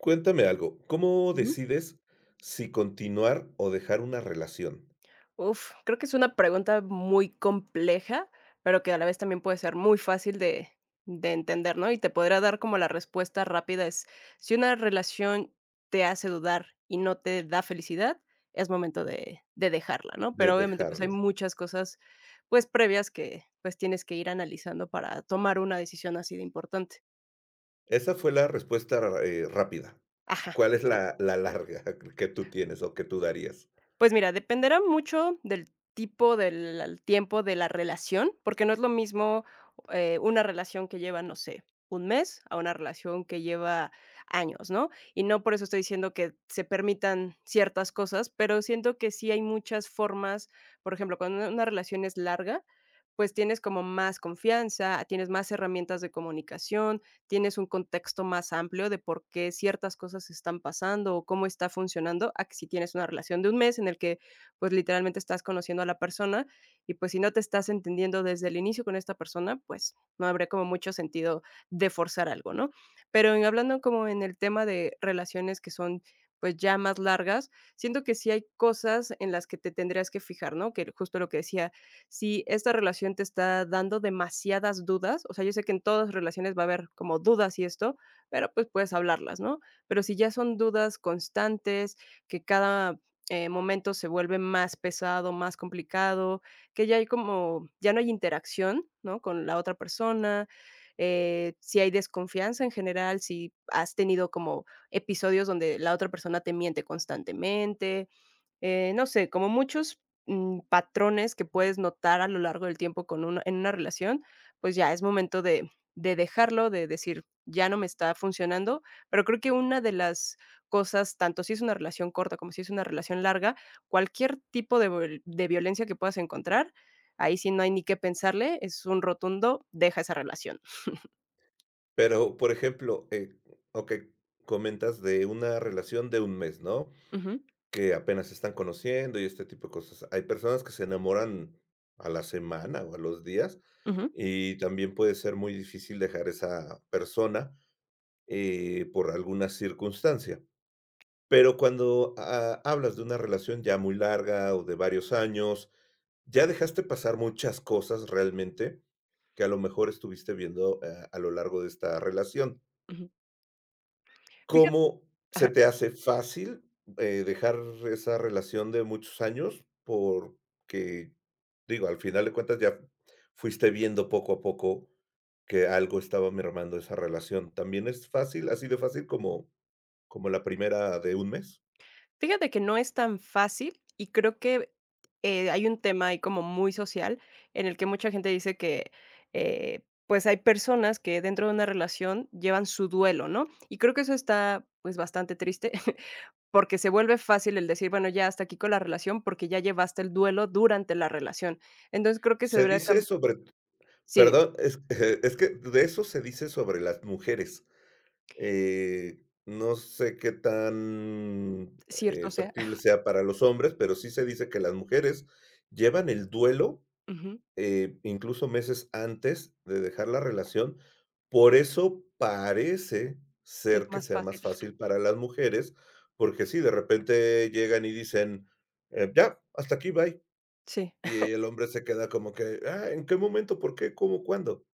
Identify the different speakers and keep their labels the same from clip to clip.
Speaker 1: Cuéntame algo, ¿cómo
Speaker 2: Ujú.
Speaker 1: decides si continuar o dejar una relación?
Speaker 2: Uf, creo que es una pregunta muy compleja, pero que a la vez también puede ser muy fácil de entender, ¿no? Y te podría dar como la respuesta rápida es, si una relación te hace dudar y no te da felicidad, es momento de dejarla, ¿no?
Speaker 1: De
Speaker 2: Pero obviamente pues
Speaker 1: dejarla.
Speaker 2: hay muchas cosas pues previas que pues tienes que ir analizando para tomar una decisión así de importante.
Speaker 1: Esa fue la respuesta, rápida.
Speaker 2: Ajá.
Speaker 1: ¿Cuál es la larga que tú tienes o que tú darías?
Speaker 2: Pues mira, dependerá mucho del tipo del al tiempo de la relación, porque no es lo mismo, una relación que lleva, no sé, un mes a una relación que lleva años, ¿no? Y no por eso estoy diciendo que se permitan ciertas cosas, pero siento que sí hay muchas formas, por ejemplo, cuando una relación es larga, pues tienes como más confianza, tienes más herramientas de comunicación, tienes un contexto más amplio de por qué ciertas cosas están pasando o cómo está funcionando, a que si tienes una relación de un mes en el que pues literalmente estás conociendo a la persona y pues si no te estás entendiendo desde el inicio con esta persona, pues no habría como mucho sentido de forzar algo, ¿no? Pero en hablando como en el tema de relaciones que son pues ya más largas, siento que sí hay cosas en las que te tendrías que fijar, ¿no? Que justo lo que decía, si esta relación te está dando demasiadas dudas, o sea, yo sé que en todas relaciones va a haber como dudas y esto, pero pues puedes hablarlas, ¿no? Pero si ya son dudas constantes, que cada momento se vuelve más pesado, más complicado, que ya hay como, ya no hay interacción, ¿no? Con la otra persona, si hay desconfianza en general, si has tenido como episodios donde la otra persona te miente constantemente, no sé, como muchos, patrones que puedes notar a lo largo del tiempo con una en una relación, pues ya es momento de dejarlo, de decir: "Ya no me está funcionando", pero creo que una de las cosas, tanto si es una relación corta como si es una relación larga, cualquier tipo de vol de violencia que puedas encontrar, ahí sí no hay ni qué pensarle, es un rotundo: "Deja esa relación".
Speaker 1: Pero, por ejemplo, ok, comentas de una relación de un mes, ¿no?
Speaker 2: Ujú,
Speaker 1: Que apenas se están conociendo y este tipo de cosas. Hay personas que se enamoran a la semana o a los días,
Speaker 2: ujú,
Speaker 1: y también puede ser muy difícil dejar esa persona por alguna circunstancia. Pero cuando, hablas de una relación ya muy larga o de varios años, ya dejaste pasar muchas cosas realmente, que a lo mejor estuviste viendo, a lo largo de esta relación.
Speaker 2: ujú. Fija
Speaker 1: ¿Cómo se te hace fácil, dejar esa relación de muchos años? Porque, digo, al final de cuentas ya fuiste viendo poco a poco que algo estaba mermando esa relación. ¿También es fácil, así de fácil como como la primera de un mes?
Speaker 2: Fíjate que no es tan fácil y creo que, hay un tema ahí como muy social en el que mucha gente dice que, pues, hay personas que dentro de una relación llevan su duelo, ¿no? Y creo que eso está, pues, bastante triste, porque se vuelve fácil el decir: "Bueno, ya hasta aquí con la relación", porque ya llevaste el duelo durante la relación. Entonces, creo que se
Speaker 1: Se
Speaker 2: debería
Speaker 1: dice
Speaker 2: cam
Speaker 1: sobre.
Speaker 2: sí,
Speaker 1: Perdón, es es que de eso se dice sobre las mujeres. No sé qué tan,
Speaker 2: cierto sea.
Speaker 1: factible sea para los hombres, pero sí se dice que las mujeres llevan el duelo,
Speaker 2: Ujú,
Speaker 1: incluso meses antes de dejar la relación. Por eso parece
Speaker 2: que es
Speaker 1: ser que
Speaker 2: más
Speaker 1: sea
Speaker 2: fácil.
Speaker 1: más fácil para las mujeres, porque sí, de repente llegan y dicen: Ya, hasta aquí, bye".
Speaker 2: Sí.
Speaker 1: Y el hombre se queda como que: "Ah, ¿en qué momento? ¿Por qué? ¿Cómo? ¿Cuándo?".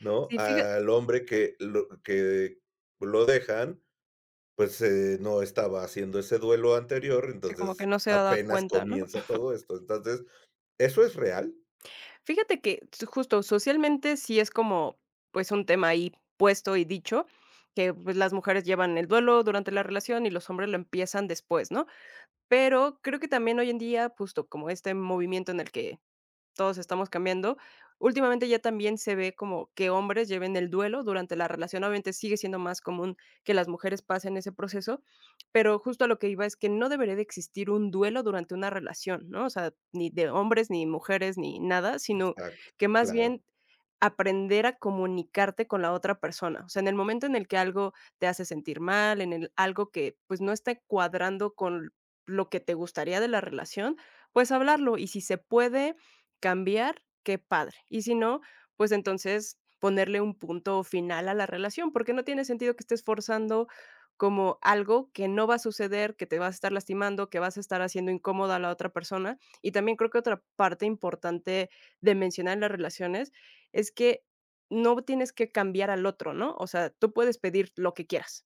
Speaker 1: ¿No?
Speaker 2: Sí, fíjate
Speaker 1: Al hombre que lo dejan, pues, no estaba haciendo ese duelo anterior,
Speaker 2: como que
Speaker 1: entonces
Speaker 2: no se ha dado
Speaker 1: apenas
Speaker 2: cuenta, ¿no?
Speaker 1: comienza todo esto. Entonces, ¿eso es real?
Speaker 2: Fíjate que s justo socialmente sí es como, pues, un tema ahí puesto y dicho, que, pues, las mujeres llevan el duelo durante la relación y los hombres lo empiezan después, ¿no? Pero creo que también hoy en día, justo como este movimiento en el que todos estamos cambiando. Últimamente ya también se ve como que hombres lleven el duelo durante la relación. Obviamente sigue siendo más común que las mujeres pasen ese proceso, pero justo a lo que iba es que no debería de existir un duelo durante una relación, ¿no? O sea, ni de hombres, ni mujeres, ni nada, sino
Speaker 1: Exacto.
Speaker 2: que más
Speaker 1: Claro.
Speaker 2: bien aprender a comunicarte con la otra persona. O sea, en el momento en el que algo te hace sentir mal, en el algo que pues no está cuadrando con lo que te gustaría de la relación, pues hablarlo. Y si se puede, cambiar, qué padre. Y si no, pues entonces ponerle un punto final a la relación, porque no tiene sentido que estés forzando como algo que no va a suceder, que te vas a estar lastimando, que vas a estar haciendo incómoda a la otra persona. Y también creo que otra parte importante de mencionar en las relaciones es que no tienes que cambiar al otro, ¿no? O sea, tú puedes pedir lo que quieras,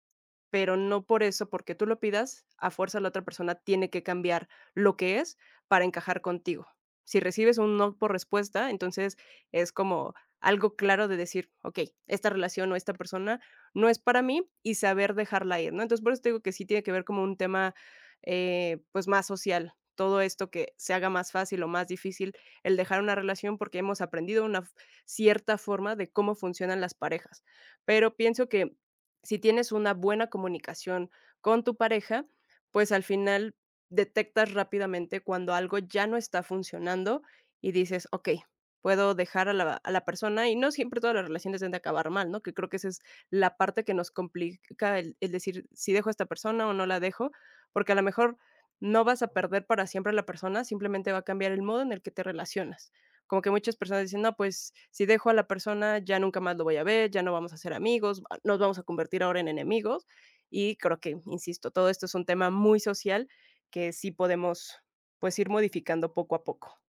Speaker 2: pero no por eso, porque tú lo pidas, a fuerza la otra persona tiene que cambiar lo que es para encajar contigo. Si recibes un no por respuesta, entonces es como algo claro de decir: "Okey, esta relación o esta persona no es para mí", y saber dejarla ir, ¿no? Entonces, por eso te digo que sí tiene que ver como un tema, pues, más social, todo esto que se haga más fácil o más difícil el dejar una relación, porque hemos aprendido una f cierta forma de cómo funcionan las parejas. Pero pienso que si tienes una buena comunicación con tu pareja, pues, al final detectas rápidamente cuando algo ya no está funcionando y dices: "Okey, puedo dejar a la persona", y no siempre todas las relaciones deben de acabar mal, ¿no? Que creo que esa es la parte que nos complica el decir: si dejo a esta persona o no la dejo?", porque a lo mejor no vas a perder para siempre a la persona, simplemente va a cambiar el modo en el que te relacionas. Como que muchas personas dicen: "No, pues, si dejo a la persona, ya nunca más lo voy a ver, ya no vamos a ser amigos, nos vamos a convertir ahora en enemigos", y creo que, insisto, todo esto es un tema muy social que sí podemos, pues, ir modificando poco a poco.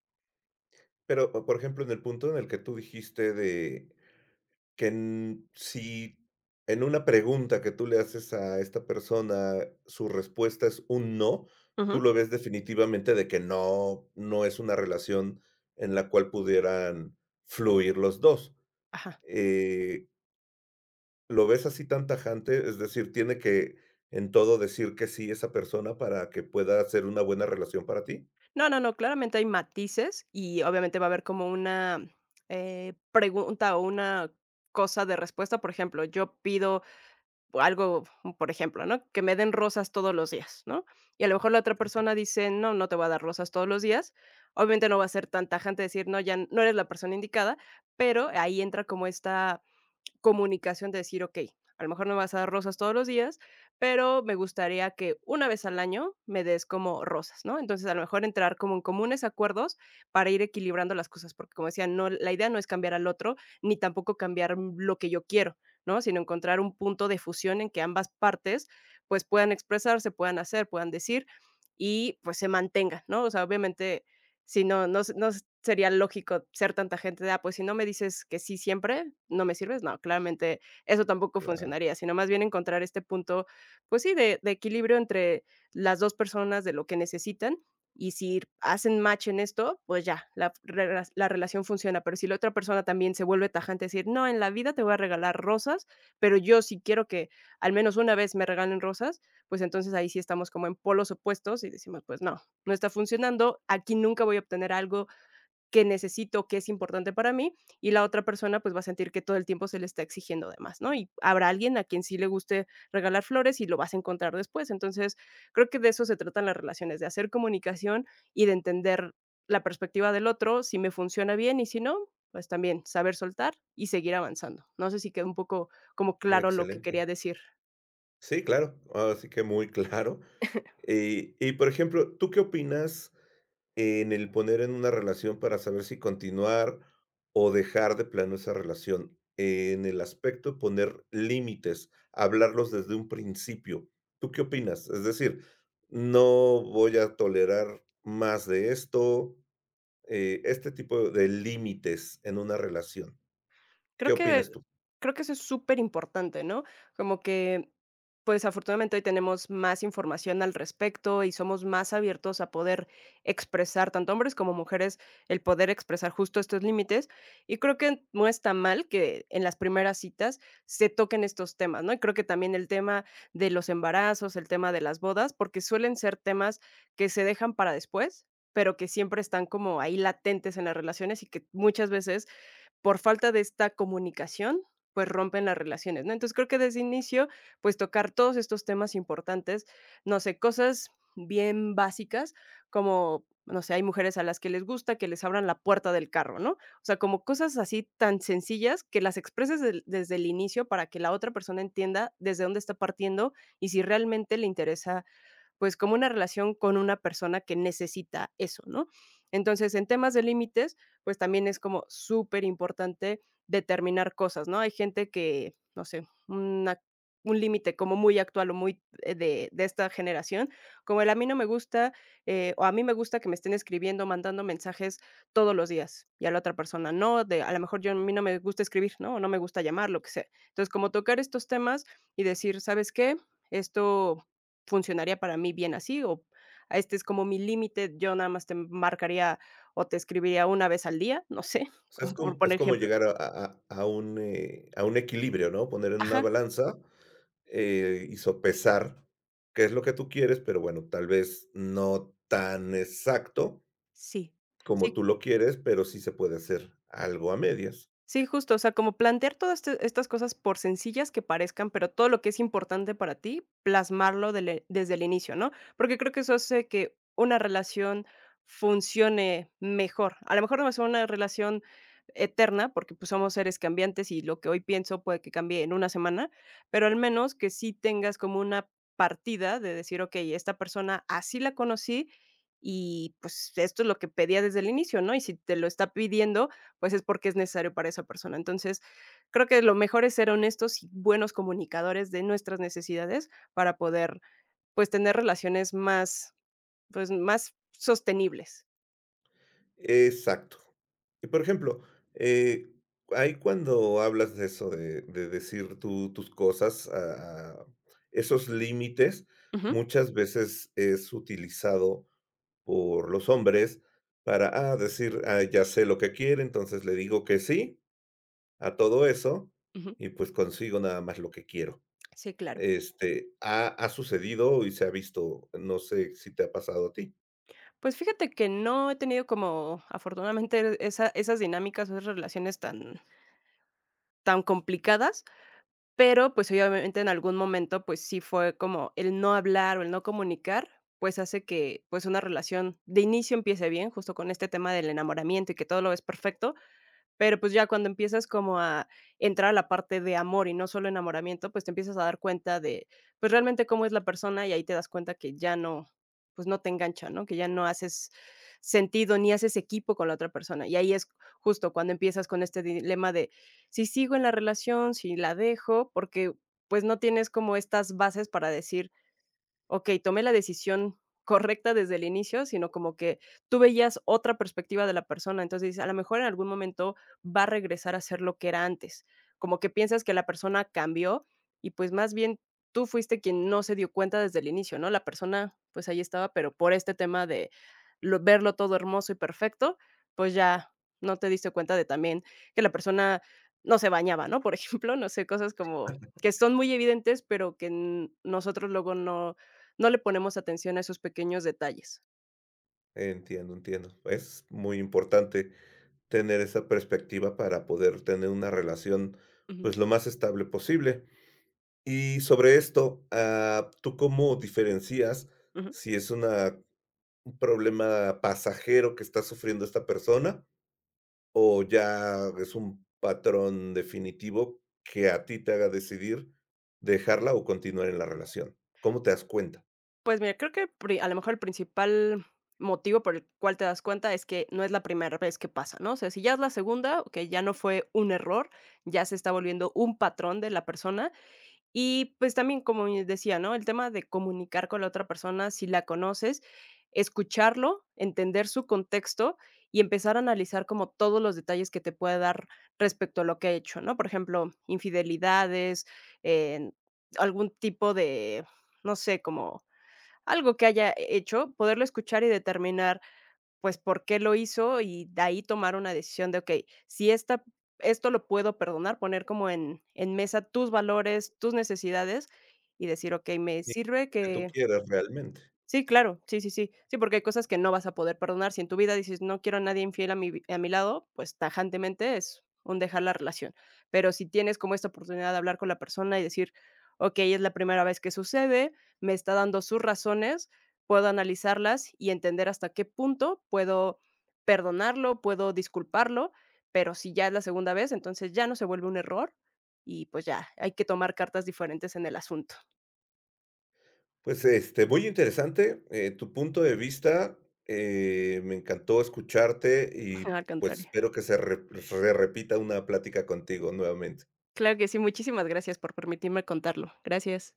Speaker 1: Pero, o por ejemplo, en el punto en el que tú dijiste de que en si en una pregunta que tú le haces a esta persona, su respuesta es un no, tú
Speaker 2: Ujú.
Speaker 1: lo ves definitivamente de que no, no es una relación en la cual pudieran fluir los dos.
Speaker 2: Ajá.
Speaker 1: Eh, ¿Lo ves así tan tajante? Es decir, ¿tiene que en todo decir que sí esa persona para que pueda ser una buena relación para ti?
Speaker 2: No, no, no, claramente hay matices y obviamente va a haber como una, pregunta o una cosa de respuesta. Por ejemplo, yo pido algo, por ejemplo, ¿no? Que me den rosas todos los días, ¿no? Y a lo mejor la otra persona dice: "No, no te voy a dar rosas todos los días". Obviamente no va a ser tan tajante decir: "No, ya no eres la persona indicada", pero ahí entra como esta comunicación de decir, okey, a lo mejor no me vas a dar rosas todos los días, pero me gustaría que una vez al año me des como rosas, ¿no? Entonces, a lo mejor entrar como en comunes acuerdos para ir equilibrando las cosas, porque, como decía, no la idea no es cambiar al otro, ni tampoco cambiar lo que yo quiero, ¿no? Sino encontrar un punto de fusión en que ambas partes, pues, puedan expresarse, puedan hacer, puedan decir y, pues, se mantengan, ¿no? O sea, obviamente, si no, sería lógico ser tanta gente de, ah, pues si no me dices que sí siempre, no me sirves. No, claramente eso tampoco
Speaker 1: Claro,
Speaker 2: funcionaría, sino más bien encontrar este punto, pues sí, de equilibrio entre las 2 personas de lo que necesitan, y si hacen match en esto, pues ya, la relación funciona. Pero si la otra persona también se vuelve tajante, decir: "No, en la vida te voy a regalar rosas, pero yo sí quiero que al menos una vez me regalen rosas", pues entonces ahí sí estamos como en polos opuestos y decimos: "Pues no", no está funcionando, aquí nunca voy a obtener algo que necesito, que es importante para mí, y la otra persona, pues, va a sentir que todo el tiempo se le está exigiendo de más, ¿no? Y habrá alguien a quien sí le guste regalar flores y lo vas a encontrar después. Entonces, creo que de eso se tratan las relaciones, de hacer comunicación y de entender la perspectiva del otro, si me funciona bien y si no, pues, también saber soltar y seguir avanzando. No sé si quedó un poco como claro lo que
Speaker 1: excelente.
Speaker 2: quería decir.
Speaker 1: Sí, claro, así que muy claro. Y, por ejemplo, ¿tú qué opinas? En el poner en una relación para saber si continuar o dejar de plano esa relación. En el aspecto de poner límites, hablarlos desde un principio. ¿Tú qué opinas? Es decir, no voy a tolerar más de esto, este tipo de límites en una relación. ¿Qué
Speaker 2: Creo que
Speaker 1: opinas tú?
Speaker 2: creo que eso es súper importante, ¿no? Como que, pues, afortunadamente hoy tenemos más información al respecto y somos más abiertos a poder expresar, tanto hombres como mujeres, el poder expresar justo estos límites. Y creo que no está mal que en las primeras citas se toquen estos temas, ¿no? Y creo que también el tema de los embarazos, el tema de las bodas, porque suelen ser temas que se dejan para después, pero que siempre están como ahí latentes en las relaciones y que muchas veces por falta de esta comunicación, pues rompen las relaciones, ¿no? Entonces creo que desde inicio, pues tocar todos estos temas importantes, no sé, cosas bien básicas como, no sé, hay mujeres a las que les gusta que les abran la puerta del carro, ¿no? O sea, como cosas así tan sencillas que las expreses desde el inicio para que la otra persona entienda desde dónde está partiendo y si realmente le interesa pues, como una relación con una persona que necesita eso, ¿no? Entonces, en temas de límites, pues también es como súper importante determinar cosas, ¿no? Hay gente que, no sé, una un límite como muy actual o muy de esta generación, como el a mí no me gusta, o a mí me gusta que me estén escribiendo, mandando mensajes todos los días, y a la otra persona no, de a lo mejor yo a mí no me gusta escribir, ¿no? O no me gusta llamar, lo que sea. Entonces, como tocar estos temas y decir, ¿sabes qué? Esto funcionaría para mí bien así, o a este es como mi límite, yo nada más te marcaría o te escribiría una vez al día, no sé,
Speaker 1: O sea,
Speaker 2: por
Speaker 1: es
Speaker 2: poner
Speaker 1: como
Speaker 2: ejemplo.
Speaker 1: llegar a, a un equilibrio, ¿no? Poner en una
Speaker 2: Ajá,
Speaker 1: balanza, y sopesar qué es lo que tú quieres, pero bueno, tal vez no tan exacto
Speaker 2: sí.
Speaker 1: como
Speaker 2: Sí,
Speaker 1: tú lo quieres, pero sí se puede hacer algo a medias.
Speaker 2: sí, justo, o sea, como plantear todas este estas cosas por sencillas que parezcan, pero todo lo que es importante para ti, plasmarlo dele desde el inicio, ¿no? Porque creo que eso hace que una relación funcione mejor. A lo mejor no va a ser una relación eterna, porque, pues, somos seres cambiantes y lo que hoy pienso puede que cambie en una semana, pero al menos que sí tengas como una partida de decir: "Okey, esta persona así la conocí y, pues, esto es lo que pedía desde el inicio", ¿no? Y si te lo está pidiendo, pues es porque es necesario para esa persona. Entonces, creo que lo mejor es ser honestos y buenos comunicadores de nuestras necesidades para poder, pues, tener relaciones más, pues, más sostenibles.
Speaker 1: Exacto. Y por ejemplo, eh, ahí cuando hablas de eso, de decir tú, tus cosas, a esos límites,
Speaker 2: Ujú,
Speaker 1: muchas veces es utilizado por los hombres para decir, ah, ya sé lo que quiere, entonces le digo que sí, a todo eso,
Speaker 2: ujú.
Speaker 1: y pues consigo nada más lo que quiero.
Speaker 2: Sí, claro.
Speaker 1: Este, ha sucedido y se ha visto, no sé si te ha pasado a ti.
Speaker 2: Pues fíjate que no he tenido como afortunadamente esas dinámicas o esas relaciones tan complicadas, pero, pues, sí, obviamente, en algún momento, pues, sí fue como el no hablar o el no comunicar, pues, hace que, pues, una relación de inicio empiece bien, justo con este tema del enamoramiento y que todo lo ves perfecto, pero, pues, ya cuando empiezas como a entrar a la parte de amor y no solo enamoramiento, pues, te empiezas a dar cuenta de, pues, realmente cómo es la persona, y ahí te das cuenta que ya no, pues, no te engancha, ¿no? Que ya no haces sentido ni haces equipo con la otra persona. Y ahí es justo cuando empiezas con este dilema de si sigo en la relación, si la dejo, porque, pues, no tienes como estas bases para decir, okey, tomé la decisión correcta desde el inicio, sino como que tú veías otra perspectiva de la persona. Entonces dices, a lo mejor en algún momento va a regresar a ser lo que era antes. Como que piensas que la persona cambió y, pues, más bien tú fuiste quien no se dio cuenta desde el inicio, ¿no? La persona, pues, ahí estaba, pero por este tema de lo verlo todo hermoso y perfecto, pues, ya no te diste cuenta de también que la persona no se bañaba, ¿no? Por ejemplo, no sé, cosas como que son muy evidentes, pero que n nosotros luego no le ponemos atención a esos pequeños detalles.
Speaker 1: Entiendo, entiendo. Es muy importante tener esa perspectiva para poder tener una relación
Speaker 2: Ujú,
Speaker 1: pues lo más estable posible. Y sobre esto, ¿tú cómo diferencias
Speaker 2: ujú.
Speaker 1: si es una, un problema pasajero que está sufriendo esta persona? ¿O ya es un patrón definitivo que a ti te haga decidir dejarla o continuar en la relación? ¿Cómo te das cuenta?
Speaker 2: Pues mira, creo que pri a lo mejor el principal motivo por el cual te das cuenta es que no es la primera vez que pasa, ¿no? O sea, si ya es la segunda, que ya no fue un error, ya se está volviendo un patrón de la persona. Y, pues, también, como les decía, ¿no?, el tema de comunicar con la otra persona, si la conoces, escucharlo, entender su contexto y empezar a analizar como todos los detalles que te puede dar respecto a lo que ha hecho, ¿no? Por ejemplo, infidelidades, eh, algún tipo de, no sé, como algo que haya hecho, poderlo escuchar y determinar pues, por qué lo hizo y de ahí tomar una decisión de, okey, si esta esto lo puedo perdonar, poner como en mesa tus valores, tus necesidades y decir: "Okey, me
Speaker 1: Y
Speaker 2: sirve
Speaker 1: lo que tú
Speaker 2: que".
Speaker 1: quieras realmente.
Speaker 2: Sí, claro. Sí, sí, sí. Sí, porque hay cosas que no vas a poder perdonar. Si en tu vida dices: "No quiero a nadie infiel a mi vi a mi lado", pues tajantemente es un dejar la relación. Pero si tienes como esta oportunidad de hablar con la persona y decir: "Okey, es la primera vez que sucede, me está dando sus razones, puedo analizarlas y entender hasta qué punto puedo perdonarlo, puedo disculparlo", pero si ya es la segunda vez, entonces ya no se vuelve un error y, pues, ya hay que tomar cartas diferentes en el asunto.
Speaker 1: Pues, este, muy interesante, tu punto de vista, me encantó escucharte y,
Speaker 2: Al
Speaker 1: pues,
Speaker 2: contrario.
Speaker 1: espero que se repita una plática contigo nuevamente.
Speaker 2: Claro que sí, muchísimas gracias por permitirme contarlo. Gracias.